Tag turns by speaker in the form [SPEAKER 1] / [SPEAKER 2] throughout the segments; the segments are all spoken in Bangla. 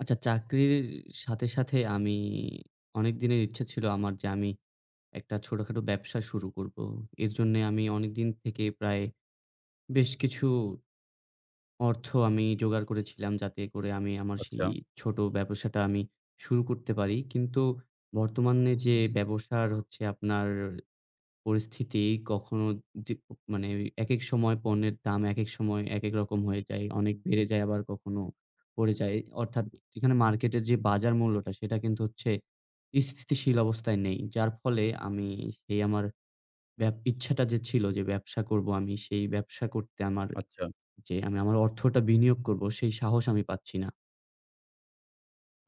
[SPEAKER 1] আচ্ছা, চাকরির সাথে, সাথে আমি অনেক দিনের ইচ্ছা ছিল আমার যে আমি একটা ছোটখাটো ব্যবসা শুরু করব। এর জন্যে আমি অনেকদিন থেকে প্রায় বেশ কিছু অর্থ আমি জোগাড় করেছিলাম যাতে করে আমি আমার সেই
[SPEAKER 2] আচ্ছা,
[SPEAKER 1] ছোট ব্যবসাটা আমি শুরু করতে পারি। কিন্তু বর্তমানে যে ব্যবসার হচ্ছে আপনার পরিস্থিতি, কখনো দি মানে একেক সময় পণ্যের দাম একেক সময় একেক রকম হয়ে যায়। অনেক বেড়ে যায়, আবার কখনো পড়ে যায়। অর্থাৎ এখানে মার্কেটের যে বাজার মূল্যটা সেটা কিন্তু হচ্ছে স্থিতিশীল অবস্থায় নেই। যার ফলে আমি সেই আমার ইচ্ছাটা যে ছিল যে ব্যবসা করব, আমি সেই ব্যবসা করতে আমার,
[SPEAKER 2] আচ্ছা।
[SPEAKER 1] যে আমি আমার অর্থটা বিনিয়োগ করব, সেই সাহস আমি পাচ্ছি না।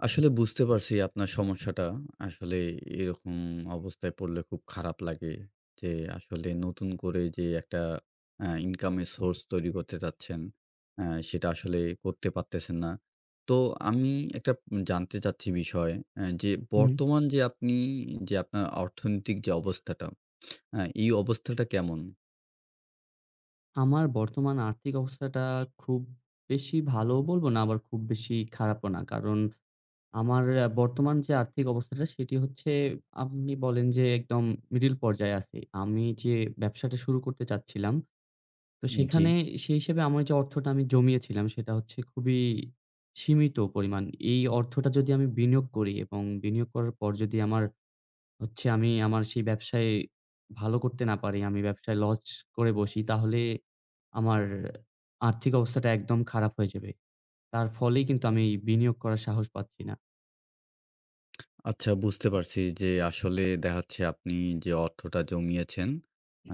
[SPEAKER 2] আসলে বুঝতে পারছি আপনার সমস্যাটা। আসলে এরকম অবস্থায় পড়লে খুব খারাপ লাগে যে, আসলে নতুন করে যে একটা ইনকামের সোর্স তৈরি করতে চাচ্ছেন, সেটা আসলে করতে পারতেছেন না। তো আমি একটা জানতে চাচ্ছি বিষয় যে,
[SPEAKER 1] হুম।
[SPEAKER 2] বর্তমান যে আপনার অর্থনৈতিক যে অবস্থাটা, এই অবস্থাটা কেমন?
[SPEAKER 1] আমার বর্তমান আর্থিক অবস্থাটা খুব বেশি ভালোও বলব না, আবার খুব বেশি খারাপও না। কারণ আমার বর্তমান যে আর্থিক অবস্থাটা সেটি হচ্ছে, আপনি বলেন যে, একদম মিডল পর্যায়ে আছি। আমি যে ব্যবসাটা শুরু করতে চাচ্ছিলাম, তো
[SPEAKER 2] জি।
[SPEAKER 1] সেখানে সেই হিসেবে আমার যে অর্থটা আমি জমিয়েছিলাম সেটা হচ্ছে খুবই সীমিত পরিমাণ। এই অর্থটা যদি আমি বিনিয়োগ করি, এবং বিনিয়োগ করার পর যদি আমার হচ্ছে আমি আমার সেই ব্যবসায় ভালো করতে না পারি, আমি ব্যবসায় লস করে বসি, তাহলে আমার আর্থিক অবস্থাটা একদম খারাপ হয়ে যাবে। তার ফলেই কিন্তু আমি বিনিয়োগ করার সাহস পাচ্ছি না।
[SPEAKER 2] আচ্ছা, বুঝতে পারছি যে আসলে দেখা যাচ্ছে আপনি যে অর্থটা জমিয়েছেন,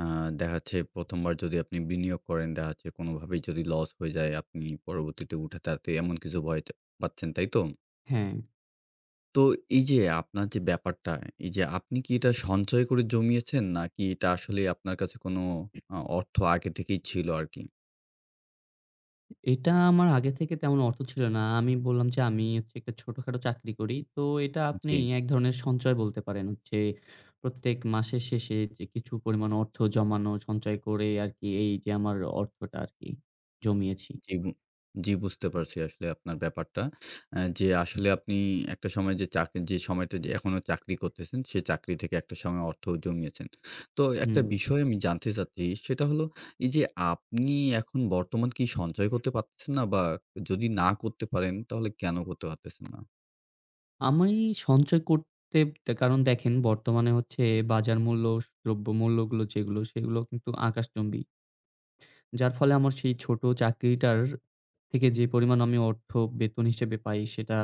[SPEAKER 2] আ দেখা যাচ্ছে ১ম বার যদি আপনি বিনিয়োগ করেন, দেখা যাচ্ছে কোনোভাবেই যদি লস হয়ে যায় আপনি পরবর্তীতে উঠাতে আরতে এমন কিছু ভয় তে পাচ্ছেন, তাই তো?
[SPEAKER 1] হ্যাঁ।
[SPEAKER 2] তো এই যে আপনার যে ব্যাপারটা, এই যে আপনি কি এটা সঞ্চয় করে জমিয়েছেন নাকি এটা আসলে আপনার কাছে কোনো অর্থ আগে থেকেই ছিল আরকি?
[SPEAKER 1] এটা আমার আগে থেকে তেমন অর্থ ছিল না। আমি বললাম যে, আমি হচ্ছে একটা ছোটখাটো চাকরি করি। তো এটা আপনি
[SPEAKER 2] জি।
[SPEAKER 1] এক ধরনের সঞ্চয় বলতে পারেন। হচ্ছে প্রত্যেক মাসের শেষে যে কিছু পরিমাণ অর্থ জমানো, সঞ্চয় করে আরকি এই যে আমার অর্থটা আরকি জমিয়েছি।
[SPEAKER 2] জি, বু জি, বুঝতে পারছি আসলে আপনার ব্যাপারটা। যে আসলে আপনি একটা সময় যে যে সময়টা যে এখনো চাকরি করতেছেন, সে চাকরি থেকে একটা সময় অর্থ জমিয়েছেন। তো একটা
[SPEAKER 1] হুম।
[SPEAKER 2] বিষয় আমি জানতে চাচ্ছি, সেটা হলো এই যে আপনি এখন বর্তমান কি সঞ্চয় করতে পারতেছেন না? বা যদি না করতে পারেন, তাহলে কেন করতে পারতেছেন না?
[SPEAKER 1] আমি সঞ্চয় করতে কারণ দেখেন বর্তমানে হচ্ছে বাজার মূল্য, দ্রব্যমূল্যগুলো যেগুলো সেগুলো কিন্তু আকাশচুম্বী। যার ফলে আমার সেই ছোট চাকরিটার থেকে যে পরিমাণ আমি অর্থ বেতন হিসেবে পাই, সেটা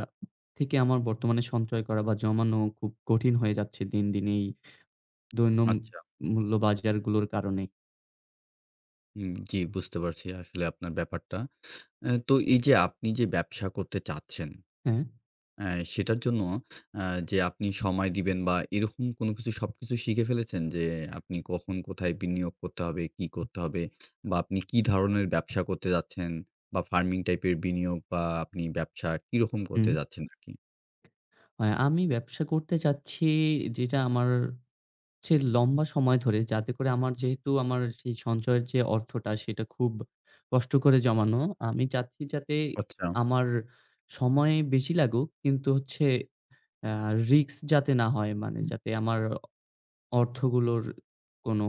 [SPEAKER 1] থেকে আমার বর্তমানে সঞ্চয় করা বা জমানো খুব কঠিন হয়ে যাচ্ছে দিন, দিন এই দৈনম
[SPEAKER 2] আচ্ছা,
[SPEAKER 1] মূল্য বাজারগুলোর কারণে।
[SPEAKER 2] হুম, জি, বুঝতে পারছি আসলে আপনার ব্যাপারটা। তো এই যে আপনি যে ব্যবসা করতে চাচ্ছেন,
[SPEAKER 1] হ্যাঁ?
[SPEAKER 2] হ্যাঁ, সেটার জন্য আ যে আপনি সময় দিবেন বা এরকম কোনো কিছু সবকিছু শিখে ফেলেছেন যে আপনি কখন কোথায় বিনিয়োগ করতে হবে, কি করতে হবে বা আপনি কি ধরনের ব্যবসা করতে যাচ্ছেন বা ফার্মিং টাইপের বিনিয়োগ বা আপনি ব্যবসা কিরকম
[SPEAKER 1] হুম।
[SPEAKER 2] করতে যাচ্ছেন আরকি?
[SPEAKER 1] আমি ব্যবসা করতে চাচ্ছি যেটা আমার হচ্ছে লম্বা সময় ধরে, যাতে করে আমার, যেহেতু আমার সেই সঞ্চয়ের যে অর্থটা সেটা খুব কষ্ট করে জমানো। আমি চাচ্ছি যাতে
[SPEAKER 2] আচ্ছা।
[SPEAKER 1] আমার সময় বেশি লাগুক, কিন্তু হচ্ছে আ রিস্ক যাতে না হয়, মানে যাতে আমার অর্থগুলোর কোনো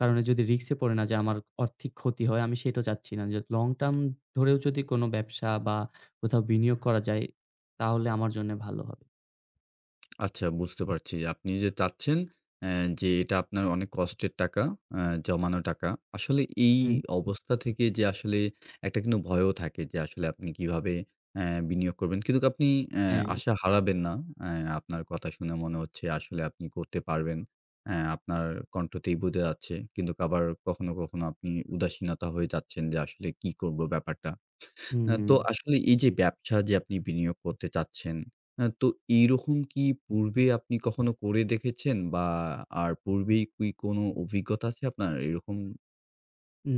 [SPEAKER 1] কারণে যদি রিস্ক এ পড়ে, না, যে আমার আর্থিক ক্ষতি হয়, আমি সেটা চাচ্ছি না। যে লং টার্ম ধরেও যদি কোনো ব্যবসা বা কোথাও বিনিয়োগ করা যায়, তাহলে আমার জন্য ভালো হবে।
[SPEAKER 2] আচ্ছা, বুঝতে পারছি। আপনি যে চাচ্ছেন অ্যা যে এটা আপনার অনেক কষ্টের টাকা, জমানো টাকা। আসলে এই
[SPEAKER 1] হুম।
[SPEAKER 2] অবস্থা থেকে যে আসলে একটা কিন্তু ভয়ও থাকে যে আসলে আপনি কিভাবে বিনিয়োগ করবেন। কিন্তু আপনি অ্যা
[SPEAKER 1] হ্যাঁ, হুম।
[SPEAKER 2] আশা হারাবেন না। আপনার কথা শুনে মনে হচ্ছে আসলে আপনি করতে পারবেন। আপনার কণ্ঠতেই বোঝা যাচ্ছে। কিন্তু আবার কখনো, কখনো আপনি উদাসীনতা হয়ে যাচ্ছেন যে আসলে কি করব ব্যাপারটা।
[SPEAKER 1] হুম।
[SPEAKER 2] তো আসলে এই যে ব্যবসা যে আপনি বিনিয়োগ করতে চাচ্ছেন, তো এইরকম কি পূর্বে আপনি কখনো করে দেখেছেন? বা আর পূর্বেই কি কোনো অভিজ্ঞতা আছে আপনার এরকম?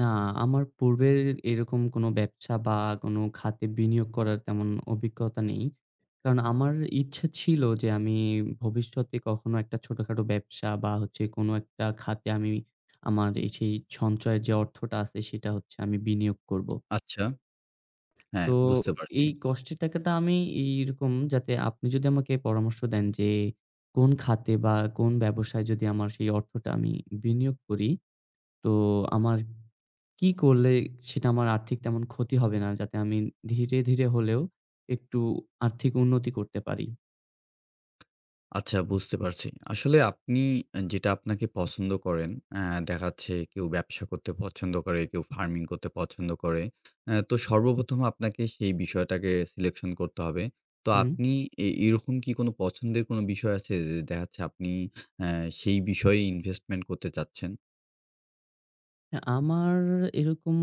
[SPEAKER 1] না, আমার পূর্বের এরকম কোনো ব্যবসা বা কোনো খাতে বিনিয়োগ করার তেমন অভিজ্ঞতা নেই। কারণ আমার ইচ্ছা ছিল যে, আমি ভবিষ্যতে কখনো একটা ছোটখাটো ব্যবসা বা হচ্ছে কোনো একটা খাতে আমি আমার এই সেই সঞ্চয়ের যে অর্থটা আছে সেটা হচ্ছে আমি বিনিয়োগ করব।
[SPEAKER 2] আচ্ছা,
[SPEAKER 1] তো
[SPEAKER 2] হ্যাঁ, বুঝতে পারছি।
[SPEAKER 1] এই কষ্টের টাকাটা আমি এইরকম, যাতে আপনি যদি আমাকে পরামর্শ দেন যে, কোন খাতে বা কোন ব্যবসায় যদি আমার সেই অর্থটা আমি বিনিয়োগ করি, তো আমার কি করলে সেটা আমার আর্থিক তেমন ক্ষতি হবে না? যাতে আমি ধীরে, ধীরে হলেও একটু আর্থিক উন্নতি করতে পারি।
[SPEAKER 2] আচ্ছা, বুঝতে পারছি। আসলে আপনি যেটা আপনাকে পছন্দ করেন, আ দেখা যাচ্ছে কেউ ব্যবসা করতে পছন্দ করে, কেউ ফার্মিং করতে পছন্দ করে। তো সর্বপ্রথম আপনাকে সেই বিষয়টাকে সিলেকশন করতে হবে। তো
[SPEAKER 1] হুম?
[SPEAKER 2] আপনি এরকম কি কোনো পছন্দের কোনো বিষয় আছে যে দেখা যাচ্ছে আপনি আ সেই বিষয়ে ইনভেস্টমেন্ট করতে চাচ্ছেন?
[SPEAKER 1] হ্যাঁ, আমার এরকম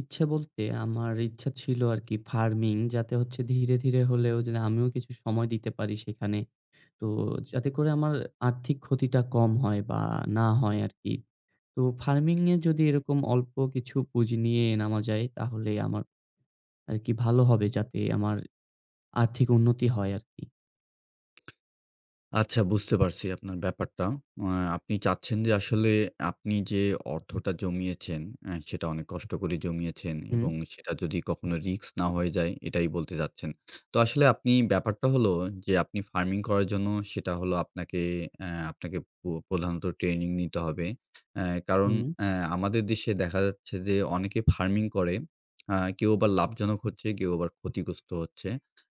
[SPEAKER 1] ইচ্ছে বলতে আমার ইচ্ছা ছিল আরকি ফার্মিং, যাতে হচ্ছে ধীরে, ধীরে হলেও যেন আমিও কিছু সময় দিতে পারি সেখানে। তো যাতে করে আমার আর্থিক ক্ষতিটা কম হয় বা না হয় আরকি। তো ফার্মিং এ যদি এরকম অল্প কিছু পুঁজি নিয়ে নামা যায়, তাহলে আমার আরকি ভালো হবে, যাতে আমার আর্থিক উন্নতি হয় আরকি।
[SPEAKER 2] আচ্ছা, বুঝতে পারছি আপনার ব্যাপারটা। আ আপনি চাচ্ছেন যে আসলে আপনি যে অর্থটা জমিয়েছেন, সেটা অনেক কষ্ট করে জমিয়েছেন
[SPEAKER 1] হুম,
[SPEAKER 2] এবং সেটা যদি কখনো রিস্ক না হয়ে যায় এটাই বলতে চাচ্ছেন। তো আসলে আপনি ব্যাপারটা হলো যে আপনি ফার্মিং করার জন্য সেটা হলো আপনাকে প্রধানত ট্রেনিং নিতে হবে। কারণ
[SPEAKER 1] হুম।
[SPEAKER 2] অ্যা আমাদের দেশে দেখা যাচ্ছে যে অনেকে ফার্মিং করে। কেউ আবার লাভজনক হচ্ছে, কেউ আবার ক্ষতিগ্রস্ত হচ্ছে।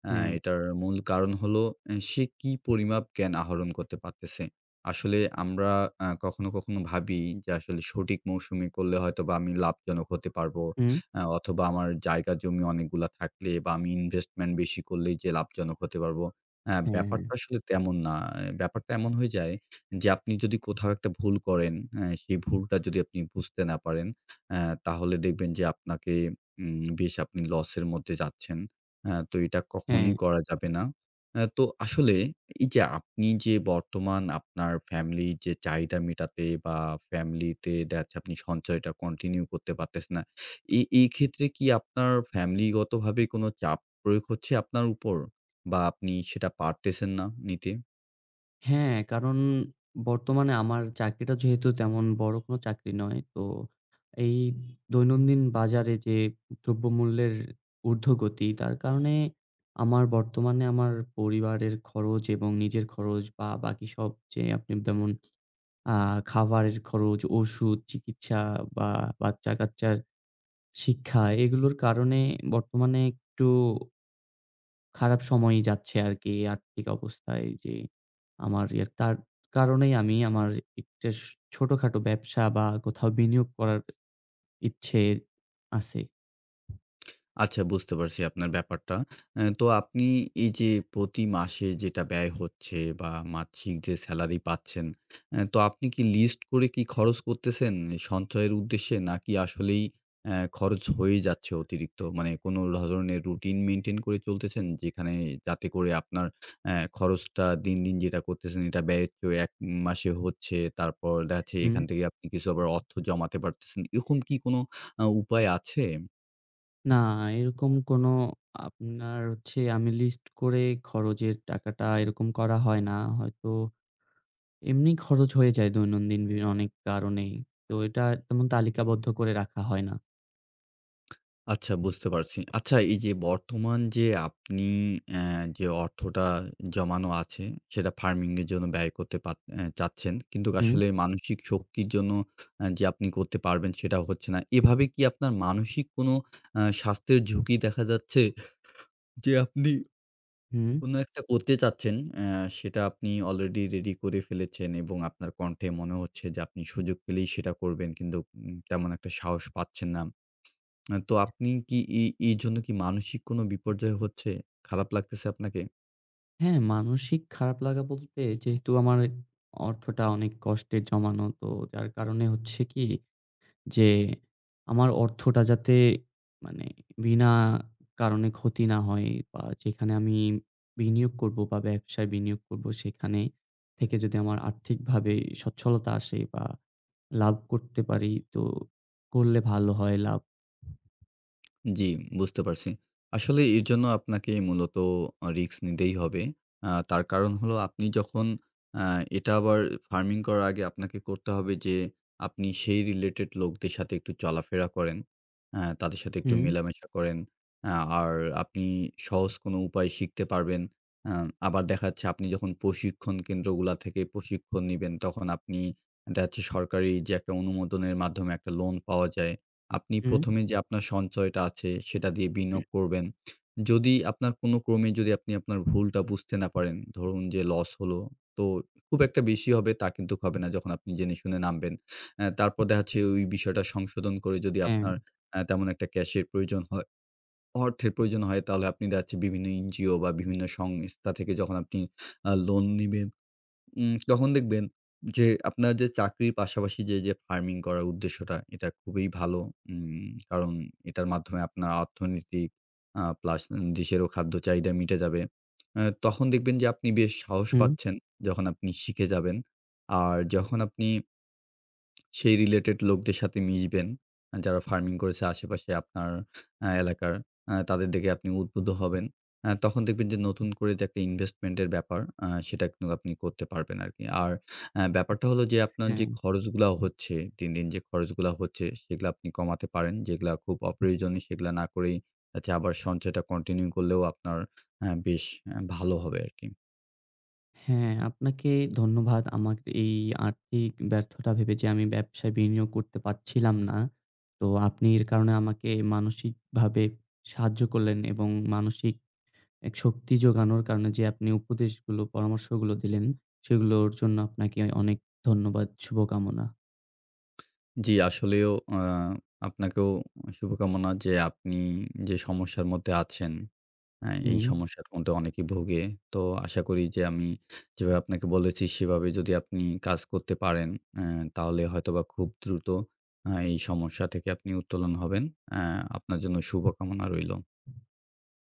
[SPEAKER 1] হ্যাঁ,
[SPEAKER 2] এটার মূল কারণ হলো সে কি পরিমাপ জ্ঞান আহরণ করতে পারতেছে। আসলে আমরা কখনো, কখনো ভাবি যে আসলে সঠিক মৌসুমে করলে হয়তোবা আমি লাভজনক হতে পারবো।
[SPEAKER 1] হুম।
[SPEAKER 2] অথবা আমার জায়গা জমি অনেকগুলা থাকলে বা আমি ইনভেস্টমেন্ট বেশি করলেই যে লাভজনক হতে পারবো।
[SPEAKER 1] হ্যাঁ, হ্যাঁ,
[SPEAKER 2] ব্যাপারটা আসলে তেমন না। ব্যাপারটা এমন হয়ে যায় যে আপনি যদি কোথাও একটা ভুল করেন, সেই ভুলটা যদি আপনি বুঝতে না পারেন, আ তাহলে দেখবেন যে আপনাকে বেশ আপনি লসের মধ্যে যাচ্ছেন। তো এটা
[SPEAKER 1] হ্যাঁ,
[SPEAKER 2] কখনোই করা যাবে না। তো আসলে এই যে আপনি যে বর্তমান আপনার ফ্যামিলির যে চাহিদা মেটাতে বা ফ্যামিলিতে দেখা যাচ্ছে আপনি সঞ্চয়টা কন্টিনিউ করতে পারতেছেন না। এই ক্ষেত্রে কি আপনার ফ্যামিলিগতভাবে কোনো চাপ প্রয়োগ হচ্ছে আপনার উপর? বা আপনি সেটা পারতেছেন না নিতে?
[SPEAKER 1] হ্যাঁ, কারণ বর্তমানে আমার চাকরিটা যেহেতু তেমন বড় কোনো চাকরি নয়, তো এই দৈনন্দিন বাজারে যে দ্রব্যমূল্যের ঊর্ধ্বগতি, তার কারণে আমার বর্তমানে আমার পরিবারের খরচ এবং নিজের খরচ বা বাকি সব যে, আপনি যেমন আ খাবারের খরচ, ওষুধ, চিকিৎসা বা বাচ্চা-কাচ্চার শিক্ষা, এগুলোর কারণে বর্তমানে একটু খারাপ সময়ই যাচ্ছে আরকি আর্থিক অবস্থায়, যে আমার তার কারণেই আমি আমার একটা ছোটখাটো ব্যবসা বা কোথাও বিনিয়োগ করার ইচ্ছে আছে।
[SPEAKER 2] আচ্ছা, বুঝতে পারছি আপনার ব্যাপারটা। তো আপনি এই যে প্রতি মাসে যেটা ব্যয় হচ্ছে বা মাসিক যে সেলারি পাচ্ছেন, তো আপনি কি লিস্ট করে কি খরচ করতেছেন সঞ্চয়ের উদ্দেশ্যে? নাকি আসলেই খরচ হয়ে যাচ্ছে অতিরিক্ত? মানে কোনো ধরনের রুটিন মেইনটেইন করে চলতেছেন? যেখানে যাতে করে আপনার খরচটা দিন, দিন যেটা করতেছেন এটা ব্যয় তো ১ মাসে হচ্ছে, তারপর দেখা যাচ্ছে
[SPEAKER 1] হুম।
[SPEAKER 2] এখান থেকে আপনি কিছু আবার অর্থ জমাতে পারতেছেন। এরকম কি কোনো উপায় আছে?
[SPEAKER 1] না, এরকম কোনো, আপনার হচ্ছে আমি লিস্ট করে খরচের টাকাটা এরকম করা হয় না। হয়তো এমনি খরচ হয়ে যায় দৈনন্দিন অনেক কারণেই। তো এটা তেমন তালিকাবদ্ধ করে রাখা হয় না।
[SPEAKER 2] আচ্ছা, বুঝতে পারছি। আচ্ছা, এই যে বর্তমান যে আপনি অ্যা যে অর্থটা জমানো আছে সেটা ফার্মিং এর জন্য ব্যয় করতে পার অ্যা চাচ্ছেন। কিন্তু
[SPEAKER 1] হুম।
[SPEAKER 2] আসলে মানসিক শক্তির জন্য যে আপনি করতে পারবেন সেটা হচ্ছে না। এভাবে কি আপনার মানসিক কোনো স্বাস্থ্যের ঝুঁকি দেখা যাচ্ছে? যে আপনি
[SPEAKER 1] হুম।
[SPEAKER 2] কোনো একটা করতে চাচ্ছেন, সেটা আপনি অলরেডি রেডি করে ফেলেছেন এবং আপনার কণ্ঠে মনে হচ্ছে যে আপনি সুযোগ পেলেই সেটা করবেন কিন্তু তেমন একটা সাহস পাচ্ছেন না। তো আপনি কি এই জন্য কি মানসিক কোনো বিপর্যয় হচ্ছে? খারাপ লাগতেছে আপনাকে?
[SPEAKER 1] হ্যাঁ, মানসিক খারাপ লাগা বলতে যেহেতু আমার অর্থটা অনেক কষ্টে জমানো, তো যার কারণে হচ্ছে কি, যে আমার অর্থটা যাতে, মানে বিনা কারণে ক্ষতি না হয়, বা যেখানে আমি বিনিয়োগ করব বা ব্যবসায় বিনিয়োগ করব সেখানে থেকে যদি আমার আর্থিকভাবে সচ্ছলতা আসে বা লাভ করতে পারি, তো করলে ভালো হয় লাভ।
[SPEAKER 2] জি, বুঝতে পারছি। আসলে এর জন্য আপনাকে মূলত রিস্ক নিতেই হবে। তার কারণ হলো আপনি যখন আ এটা আবার ফার্মিং করার আগে আপনাকে করতে হবে যে আপনি সেই রিলেটেড লোকদের সাথে একটু চলাফেরা করেন। তাদের সাথে একটু
[SPEAKER 1] হুম,
[SPEAKER 2] মেলামেশা করেন। আ আর আপনি সহজ কোনো উপায় শিখতে পারবেন। আ আবার দেখা যাচ্ছে আপনি যখন প্রশিক্ষণ কেন্দ্রগুলা থেকে প্রশিক্ষণ নিবেন তখন আপনি দেখা যাচ্ছে সরকারি যে একটা অনুমোদনের মাধ্যমে একটা লোন পাওয়া যায়। আপনি
[SPEAKER 1] হুম,
[SPEAKER 2] ১ম এ যে আপনার সঞ্চয়টা আছে সেটা দিয়ে বিনিয়োগ করবেন। যদি আপনার কোনো ক্রমে যদি আপনি আপনার ভুলটা বুঝতে না পারেন, ধরুন যে লস হলো, তো খুব একটা বেশি হবে তা কিন্তু হবে না যখন আপনি জেনে শুনে নামবেন। তারপর দেখা যাচ্ছে ওই বিষয়টা সংশোধন করে যদি
[SPEAKER 1] হ্যাঁ,
[SPEAKER 2] আপনার তেমন একটা ক্যাশের প্রয়োজন হয়, অর্থের প্রয়োজন হয় তাহলে আপনি দেখা যাচ্ছে বিভিন্ন এনজিও বা বিভিন্ন সংস্থা থেকে যখন আপনি লোন নিবেন, তখন দেখবেন যে আপনার যে চাকরির পাশাপাশি যে ফার্মিং করার উদ্দেশ্যটা এটা খুবই ভালো। কারণ এটার মাধ্যমে আপনার অর্থনৈতিক প্লাস দেশেরও খাদ্য চাহিদা মিটে যাবে। তখন দেখবেন যে আপনি বেশ সাহস
[SPEAKER 1] হুম।
[SPEAKER 2] পাচ্ছেন যখন আপনি শিখে যাবেন। আর যখন আপনি সেই রিলেটেড লোকদের সাথে মিশবেন। যারা ফার্মিং করেছে আশেপাশে আপনার এলাকার, তাদের দেখে আপনি উদ্বুদ্ধ হবেন। তখন দেখবেন যে নতুন করে যে একটা ইনভেস্টমেন্ট এর ব্যাপার, সেটা কিন্তু আপনি করতে পারবেন আরকি। আর ব্যাপারটা হলো যে আপনার যে
[SPEAKER 1] হ্যাঁ।
[SPEAKER 2] খরচগুলা হচ্ছে, দিন, দিন যে খরচগুলা হচ্ছে সেগুলা আপনি কমাতে পারেন। যেগুলা খুব অপ্রয়োজনীয় সেগুলা না করেই হচ্ছে আবার সঞ্চয়টা কন্টিনিউ করলেও আপনার বেশ ভালো হবে আরকি।
[SPEAKER 1] হ্যাঁ, আপনাকে ধন্যবাদ। আমার এই আর্থিক ব্যর্থতা ভেবে যে আমি ব্যবসায় বিনিয়োগ করতে পারছিলাম না। তো আপনি এর কারণে আমাকে মানসিকভাবে সাহায্য করলেন, এবং মানসিক এক শক্তি যোগানোর কারণে যে আপনি উপদেশগুলো, পরামর্শগুলো দিলেন, সেগুলোর জন্য আপনাকে অনেক ধন্যবাদ। শুভকামনা।
[SPEAKER 2] জি, আসলেও আ আপনাকেও শুভকামনা যে আপনি যে সমস্যার মধ্যে আছেন, হ্যাঁ? এই
[SPEAKER 1] হুম।
[SPEAKER 2] সমস্যার মধ্যে অনেকেই ভোগে। তো আশা করি যে আমি যেভাবে আপনাকে বলেছি সেভাবে যদি আপনি কাজ করতে পারেন, অ্যা তাহলে হয়তোবা খুব দ্রুত এই সমস্যা থেকে আপনি উত্তোলন হবেন। অ্যা আপনার জন্য শুভকামনা রইল।